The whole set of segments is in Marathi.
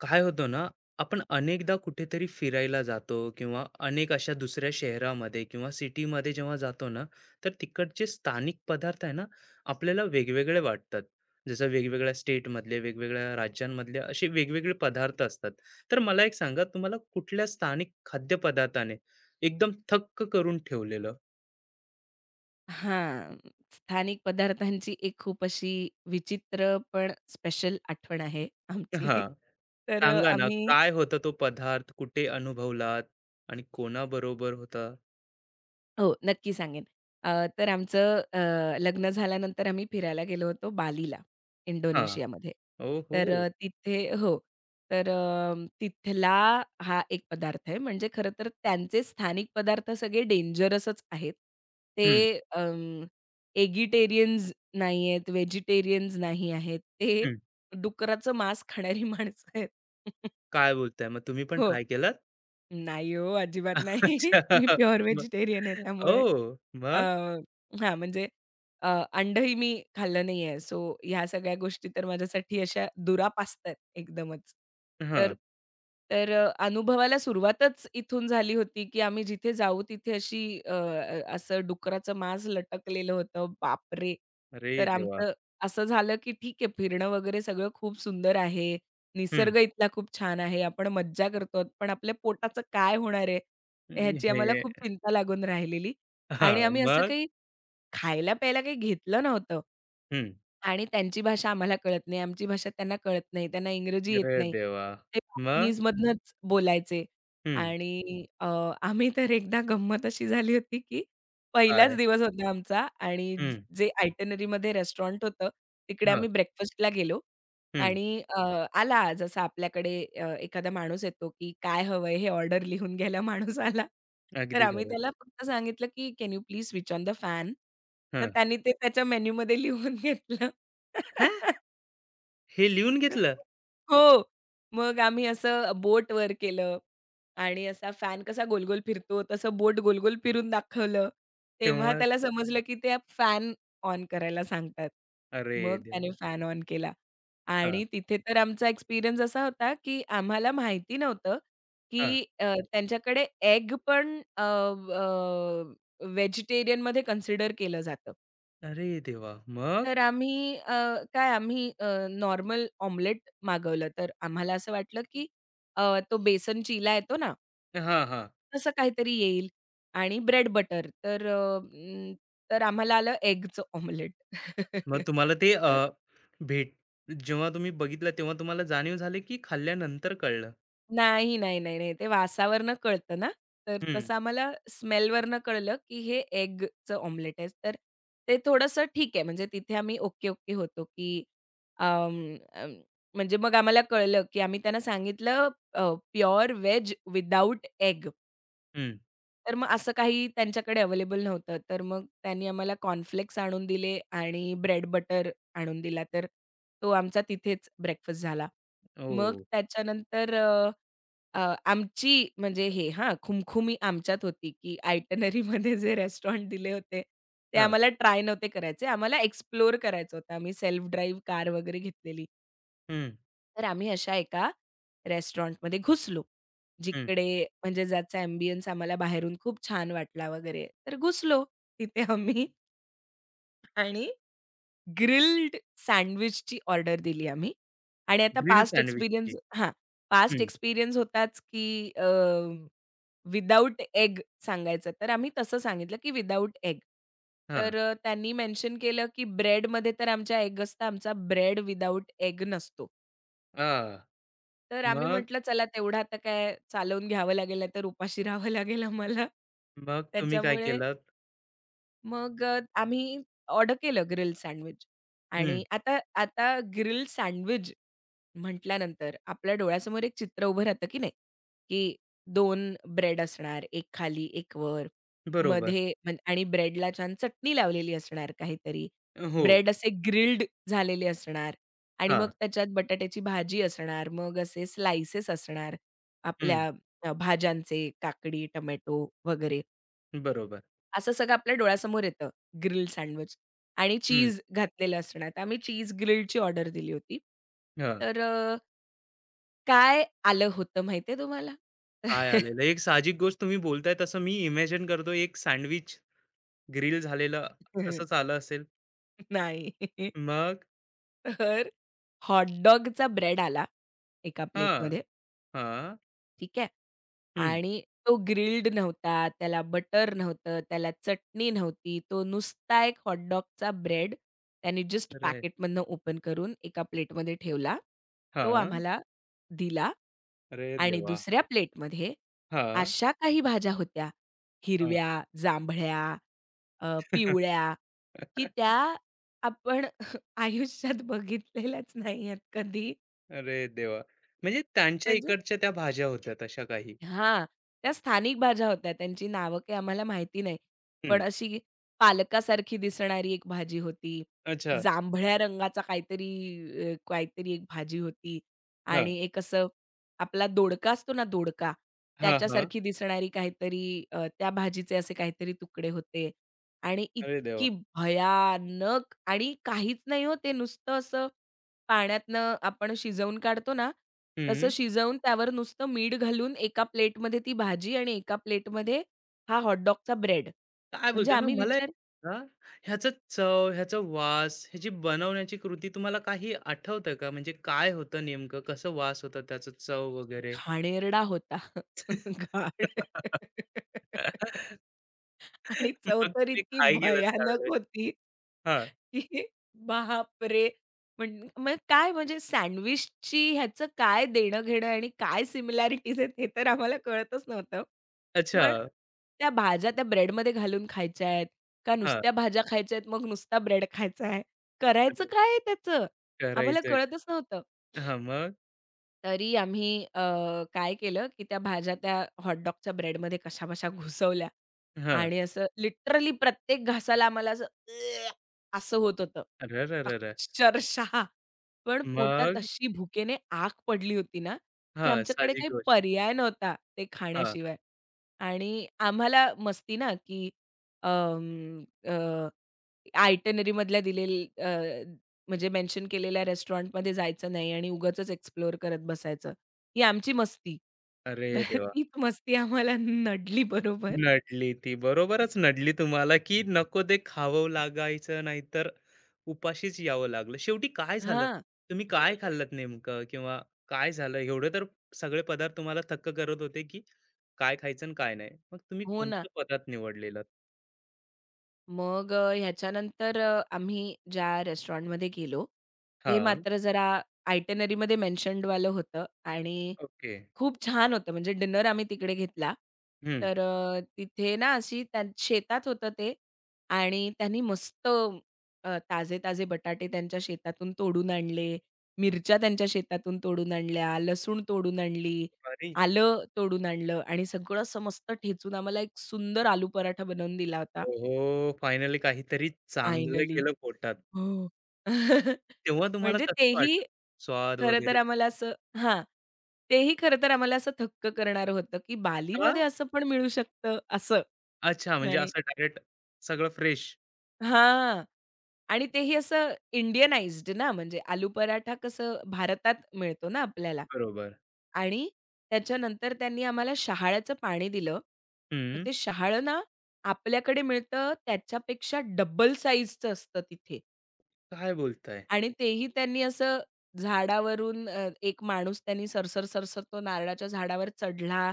काय होतं ना आपण अनेकदा कुठेतरी फिरायला जातो किंवा अनेक अशा दुसऱ्या शहरामध्ये किंवा सिटीमध्ये जेव्हा जातो ना तर तिकडचे स्थानिक पदार्थ आहे ना आपल्याला वेगवेगळे वाटतात जसं वेगवेगळ्या स्टेटमधले वेगवेगळ्या राज्यांमधले असे वेगवेगळे पदार्थ असतात तर मला एक सांगा तुम्हाला कुठल्या स्थानिक खाद्यपदार्थाने एकदम थक्क करून ठेवलेलं हां, स्थानिक पदार्थांची एक खूप अशी विचित्र पण स्पेशल आठवण आहे आमची. हा तर अ, सांगा ना आम्ही काय होता तो पदार्थ कुठे अनुभवलात आणि कोणाबरोबर होता हो, नक्की सांगेन. अ, तर आमचं लग्न झाल्यानंतर आम्ही फिरायला गेलो होतो बालीला, हा इंडोनेशियामध्ये. ओ हो तिथे हो. तर अ, तिथला हा एक पदार्थ आहे. म्हणजे खरं तर त्यांचे स्थानिक पदार्थ सगळे डेंजरसच आहेत. ते अं, एगिटेरियन्स नाही आहेत, व्हेजिटेरियन्स नाही आहेत. ते डुकराचं मांस खाणारी माणसं आहेत. काय बोलताय? मग तुम्ही पण हो. ट्राय केलात? नाही हो, अजिबात नाही. अच्छा. मी प्युअर मग व्हेजिटेरियन आहे त्यामुळे. ओह! अ, मग? हां, म्हणजे अ, अंडही मी खाल्लं नाहीये. सो ह्या सगळ्या गोष्टी तर माझ्यासाठी अशा दुरापास्त एकदमच. तर हां. तर अ, अनुभवाला सुरुवातच इथून झाली होती, की आम्ही जिथे जाऊ तिथे अशी अ, अ, असं डुकराचं मांस लटकलेलं होतं. बापरे! अरे तर देवा! आमचं असं झालं, की ठीक आहे फिरणं वगैरे सगळं खूप सुंदर आहे. हं. निसर्ग इथला खूप छान आहे. आपण मज्जा करतो पण आपल्या पोटाचं काय होणार आहे? अं, ह्याची आम्हाला हे खूप चिंता लागून राहिलेली. आणि हां. आम्ही असं मग? काही खायला-प्यायला काही घेतलं नव्हतं. हं. आणि त्यांची भाषा आम्हाला कळत नाही, आमची भाषा त्यांना कळत नाही, त्यांना इंग्रजी येत अरे नाही. देवा! ते मग? चायनीजमधनंच बोलायचे. हं. आणि अ, आम्ही तर एकदा गंमत अशी झाली होती, की काय? पहिलाच दिवस होता आमचा आणि हं. जे आयटिनरीमध्ये रेस्टॉरंट होतं, तिकडे हां. आम्ही ब्रेकफास्टला गेलो. हं. आणि अ, आला जसा आपल्याकडे एखादा माणूस येतो, की काय हवंय हे ऑर्डर लिहून घ्यायला माणूस आला. तर अगदी आम्ही खरं. त्याला फक्त सांगितलं, की "can you please switch on the fan?" तर हां. त्यांनी ते त्याच्या मेनूमध्ये लिहून घेतलं. हां? हे लिहून घेतलं? हो. मग आम्ही असं बोटवर केलं आणि असा फॅन कसा गोल-गोल फिरतो, तसं बोट गोल-गोल फिरून दाखवलं. तेव्हा तेव्हा त्याला समजलं, की ते फॅन ऑन करायला सांगतात. अरे मग देवा! त्याने फॅन ऑन केला हां, आणि तिथे तर आमचा एक्सपिरियन्स असा होता, की आम्हाला माहिती नव्हतं, हां. की त्यांच्याकडे एग पण अ, अ, व्हेजिटेरियनमध्ये कन्सिडर केलं जातं. अरे देवा! मग? तर आम्ही अ, काय आम्ही नॉर्मल ऑमलेट मागवलं. तर आम्हाला असं वाटलं, की तो बेसन चिला येतो ना, हां, हां. तसं काहीतरी येईल आणि ब्रेड बटर. तर तर आम्हाला आलं एगचं ऑमलेट. मग तुम्हाला ते भेट जेव्हा तुम्ही बघितलं तेव्हा तुम्हाला जाणीव झाली की खाल्ल्यानंतर कळलं? नाही, नाही, नाही, नाही. ते वासावरनं कळतं ना, तर हं, तसं आम्हाला स्मेलवरनं कळलं, की हे एगचं ऑमलेट आहे. तर ते थोडंसं ठीक आहे, म्हणजे तिथे आम्ही ओके, ओके होतो, की अं, अं, म्हणजे मग आम्हाला कळलं, की आम्ही त्यांना सांगितलं प्युअर व्हेज विदाऊट एग. हं. तर मग असं काही त्यांच्याकडे अवेलेबल नव्हतं. तर मग त्यांनी आम्हाला कॉर्नफ्लेक्स आणून दिले आणि ब्रेड बटर आणून दिला. तर तो आमचा तिथेच ब्रेकफास्ट झाला. मग ओ त्याच्यानंतर अ, अ, आमची म्हणजे हे हां, खुमखुमी आमच्यात होती, की आयटिनरीमध्ये जे रेस्टॉरंट दिले होते, ते हां. आम्हाला ट्राय नव्हते करायचे. आम्हाला एक्सप्लोर करायचं होतं. आम्ही सेल्फ ड्राईव्ह कार वगैरे घेतलेली. हं, तर आम्ही अशा एका रेस्टॉरंटमध्ये घुसलो. हं. जिकडे म्हणजे ज्याचा अँबियन्स आम्हाला बाहेरून खूप छान वाटला वगैरे. तर घुसलो तिथे आम्ही आणि ग्रिल्ड सँडविचची ऑर्डर दिली आम्ही. आणि आता ग्रिल पास्ट सँडविचची. एक्सपिरियन्स हां, पास्ट हं. एक्सपिरियन्स होताच की अ, विदाऊट एग सांगायचं. तर आम्ही तसं सांगितलं की विदाऊट एग. हां. तर त्यांनी मेन्शन केलं की ब्रेडमध्ये तर आमच्या एग असतं. आमचा ब्रेड विदाऊट एग नसतो. हां. तर आम्ही मग? म्हटलं चला तेवढं आता काय चालवून घ्यावं लागेल, तर उपाशी राहावं लागेल आम्हाला. मग तुम्ही काय त्याच्यामुळे केलंत? मग अ, आम्ही ऑर्डर केलं ग्रिल्ड सँडविच आणि हं. आता आता ग्रिल्ड सँडविच म्हटल्यानंतर आपल्या डोळ्यासमोर एक चित्र उभं राहतं की नाही, की दोन ब्रेड असणार, एक खाली, एक वर. बरोबर. मध्ये म्हण आणि ब्रेडला छान चटणी लावलेली असणार काहीतरी. हो. ब्रेड असे ग्रिल्ड झालेले असणार आणि मग हां. त्याच्यात बटाट्याची भाजी असणार. मग असे स्लाइसेस असणार हं. आपल्या भाज्यांचे, काकडी, टोमॅटो वगैरे. बरोबर. असं सगळं आपल्या डोळ्यासमोर येतं ग्रिल्ड सँडविच आणि हं. चीज घातलेलं असणार. तर आम्ही चीज ग्रिल्डची ऑर्डर दिली होती. हां. तर काय आलं होतं माहिती आहे तुम्हाला? काय आलेलं? एक साहजिक गोष्ट तुम्ही बोलताय तसं मी इमॅजिन करतो एक सँडविच ग्रिल झालेलं तसंच आलं असेल. नाही. मग? तर हॉटडॉगचा ब्रेड आला एका हां. प्लेटमध्ये, हां. ठीक आहे. हं. आणि तो ग्रिल्ड नव्हता, त्याला बटर नव्हतं, त्याला चटणी नव्हती. तो नुसता एक हॉटडॉगचा ब्रेड त्याने जस्ट अरे! पॅकेटमधनं ओपन करून एका प्लेटमध्ये ठेवला. तो हां. आम्हाला दिला अरे आणि देवा! दुसऱ्या प्लेटमध्ये हां. अशा काही भाज्या होत्या, हां. हिरव्या, जांभळ्या पिवळ्या, की त्या आपण आयुष्यात बघितलेल्याच नाही आहेत कधी. अरे देवा! म्हणजे त्यांच्या म्हणजे इकडच्या त्या भाज्या होत्या तशा काही? हां, त्या स्थानिक भाज्या होत्या. त्यांची नावं काही आम्हाला माहिती नाही. हं. पण अशी पालकासारखी दिसणारी एक भाजी होती. अच्छा. जांभळ्या रंगाचा काहीतरी एक भाजी होती आणि एक असं आपला दोडका असतो ना दोडका, हां, हां. त्याच्यासारखी दिसणारी काहीतरी त्या भाजीचे असे काहीतरी तुकडे होते आणि अरे देवा! इतकी भयानक आणि काहीच नाही हो, ते नुसतं असं पाण्यातनं आपण शिजवून काढतो ना, तसं हं. शिजवून त्यावर नुसतं मीठ घालून एका प्लेटमध्ये ती भाजी आणि एका प्लेटमध्ये हा हॉट डॉगचा ब्रेड. काय म्हणजे बोलताय? मग आम्ही मला एक विचार सांगा, ह्याचं चव, ह्याचा वास, ह्याची बनवण्याची कृती तुम्हाला काही आठवतं का? म्हणजे काय होतं नेमकं? कसं वास होता त्याचा, चव वगैरे? घाणेरडा होता. घाण. आणि चव मग तर तुम्ही इतकी काय केलंत भयानक त्यावेळेस? होती, हां. की बापरे! म्हण मग काय म्हणजे सँडविचची ह्याचं काय देणं-घेणं आणि काय सिमिलॅरिटीज आहेत हे तर आम्हाला कळतच नव्हतं. अच्छा. पण त्या भाज्या त्या ब्रेडमध्ये घालून खायच्या आहेत, का हां. नुसत्या भाज्या खायच्या आहेत, मग नुसता ब्रेड खायचा आहे, करायचं अरे! काय आहे त्याचं? आम्हाला करायचं. कळतच नव्हतं. हां, मग? तरी आम्ही काय केलं, की त्या भाज्या त्या हॉटडॉगच्या ब्रेडमध्ये कशाबशा घुसवल्या हां. आणि असं लिटरली प्रत्येक घासाला आम्हाला असं "अ" असं होत होतं. अरेरेरेरे! अक्षरशः. पण पोटात मग? अशी भुकेने आग पडली होती ना, की हां, आमच्याकडे साहजिक काही गोष्ट. पर्याय नव्हता ते हां. खाण्याशिवाय. आणि आम्हाला मस्ती ना, की अं, अ, आयटनरीमधल्या दिलेली म्हणजे मेन्शन केलेल्या रेस्टॉरंटमध्ये जायचं नाही आणि उगाचच एक्सप्लोअर करत बसायचं. ही आमची मस्ती. अरे तर देवा! तीच मस्ती आम्हाला नडली बरोबर. नडली ती. बरोबरच नडली तुम्हाला, की नको ते खावं लागायचं, नाहीतर उपाशीच यावं लागलं. शेवटी काय झालं? हां. तुम्ही काय खाल्लत नेमकं किंवा काय झालं? एवढे तर सगळे पदार्थ तुम्हाला थक्क करत होते, की काय खायचं आणि काय नाही. मग तुम्ही हो ना. कोणतं पदार्थ निवडलेलं? मग ह्याच्यानंतर आम्ही ज्या रेस्टॉरंटमध्ये गेलो, ते हां, मात्र जरा आयटिनरीमध्ये मेन्शन्डवालं होतं आणि ओके. खूप छान होतं. म्हणजे डिनर आम्ही तिकडे घेतला. हं. तर तिथे ना अशी त्या शेतात होतं ते आणि त्यांनी मस्त ताजे-ताजे बटाटे त्यांच्या शेतातून तोडून आणले, मिरच्या त्यांच्या शेतातून तोडून आणल्या, लसूण तोडून आणली, ज्वारी. आलं तोडून आणलं आणि सगळं असं मस्त ठेचून आम्हाला एक सुंदर आलू पराठा बनवून दिला होता. ओहो! फायनली काहीतरी चांगलं फायनली. गेलं पोटात. हो. तेव्हा तुम्हाला म्हणजे कसं तेही वाटलं? स्वाद खरं तर वगैरे? आम्हाला असं हां. तेही खरं तर आम्हाला असं थक्क करणार होतं, की हां? बालीमध्ये असं पण मिळू शकतं असं अच्छा, म्हणजे आणि असं डायरेक्ट सगळं फ्रेश. हां. आणि तेही असं इंडियनाइज्ड ना, म्हणजे आलू पराठा कसं भारतात मिळतो ना आपल्याला. बरोबर. आणि त्याच्यानंतर त्यांनी आम्हाला शहाळ्याचं पाणी दिलं. तर हं. ते शहाळं ना आपल्याकडे मिळतं त्याच्यापेक्षा डबल साइजचं असतं तिथे. काय बोलताय? आणि तेही त्यांनी असं झाडावरून एक माणूस त्यांनी सरसर, सरसर तो नारळाच्या झाडावर चढला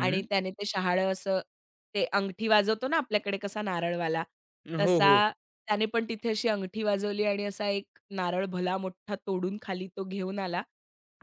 आणि त्याने ते शहाळं असं ते अंगठी वाजवतो ना आपल्याकडे कसा नारळवाला, हो, हो. तसा त्याने पण तिथे अशी अंगठी वाजवली आणि असा एक नारळ भला मोठा तोडून खाली तो घेऊन आला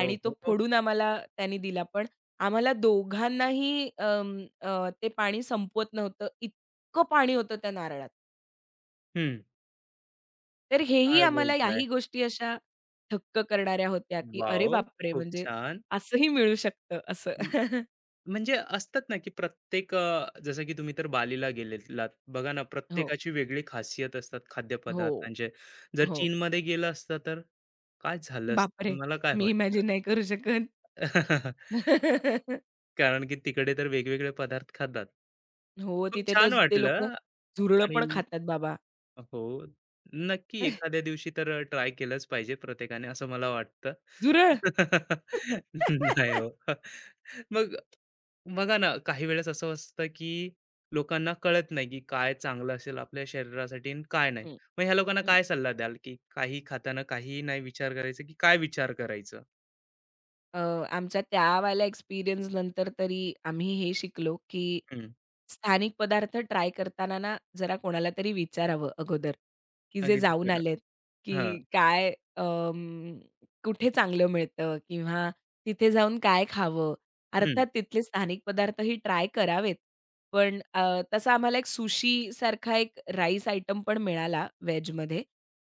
आणि तो ओहो! फोडून आम्हाला त्याने दिला. पण आम्हाला दोघांनाही ते पाणी संपवत नव्हतं. इतकं पाणी होतं त्या नारळात. हं. तर हेही काय आम्हाला बोलताय? याही गोष्टी अशा थक्क करणाऱ्या होत्या, की अरे वॉव! बापरे! खूप म्हणजे छान. असंही मिळू शकतं असं. म म्हणजे असतात ना, की प्रत्येक जसं की तुम्ही तर बालीला गेलेलात. बघा ना, हो, प्रत्येकाची वेगळी खासियत असतात हो, खाद्यपदार्थांचे. जर हो. चीनमध्ये गेला असता तर काय झालं असतं? बापरे! तुम्हाला काय मी वाटतं? इमॅजिन नाही करू शकत. कारण की तिकडे तर वेगवेगळे पदार्थ खातात. हो, खूप तिथे तर छान ते लोकं वाटलं झुरळं आणि पण खातात बाबा. हो. नक्की एखाद्या दिवशी तर ट्राय केलंच पाहिजे प्रत्येकाने असं मला वाटतं. झुरळ. नाही हो. मग बघा ना, काही वेळेस असं असतं, की लोकांना कळत नाही, की काय चांगलं असेल आपल्या शरीरासाठी आणि काय नाही. हं, मग ह्या लोकांना हं. काय सल्ला द्याल, की काही खाताना काही नाही विचार करायचा, की काय विचार करायचा? अ, आमच्या त्यावाल्या एक्सपिरियन्स नंतर तरी आम्ही हे शिकलो, की हं. स्थानिक पदार्थ ट्राय करताना ना, जरा कोणाला तरी विचारावं अगोदर, की जे अगदी जाऊन खरं. आलेत, हां. की काय अं, कुठे चांगलं मिळतं किंवा तिथे जाऊन काय खावं? हं, अर्थात तिथले स्थानिक पदार्थही ट्राय करावेत. पण तसा आम्हाला एक सुशी सारखा एक राईस आयटम पण मिळाला व्हेजमध्ये.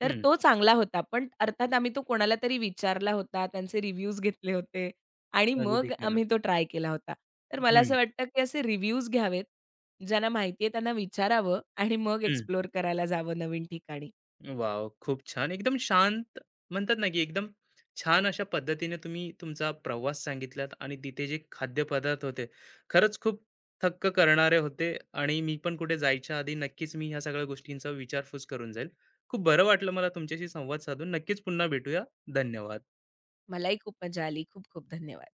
तर हं. तो चांगला होता. पण अर्थात आम्ही तो कोणाला तरी विचारला होता, त्यांचे रिव्ह्यूज घेतले होते आणि अगदी मग खरं. आम्ही तो ट्राय केला होता. तर मला हं, असं वाटतं, की असे रिव्ह्यूज घ्यावेत, ज्यांना माहिती आहे त्यांना विचारावं आणि मग हं. एक्सप्लोर करायला जावं नवीन ठिकाणी. वॉव! खूप छान. एकदम शांत म्हणतात ना, की एकदम छान अशा पद्धतीने तुम्ही तुमचा प्रवास सांगितलात आणि तिथे जे खाद्यपदार्थ होते, खरंच खूप थक्क करणारे होते आणि मी पण कुठे जायच्या आधी नक्कीच मी ह्या सगळ्या गोष्टींचा विचारपूस करून जाईल. खूप बरं वाटलं मला तुमच्याशी संवाद साधून. नक्कीच पुन्हा भेटूया. धन्यवाद. मलाही खूप मजा आली. खूप खूप धन्यवाद.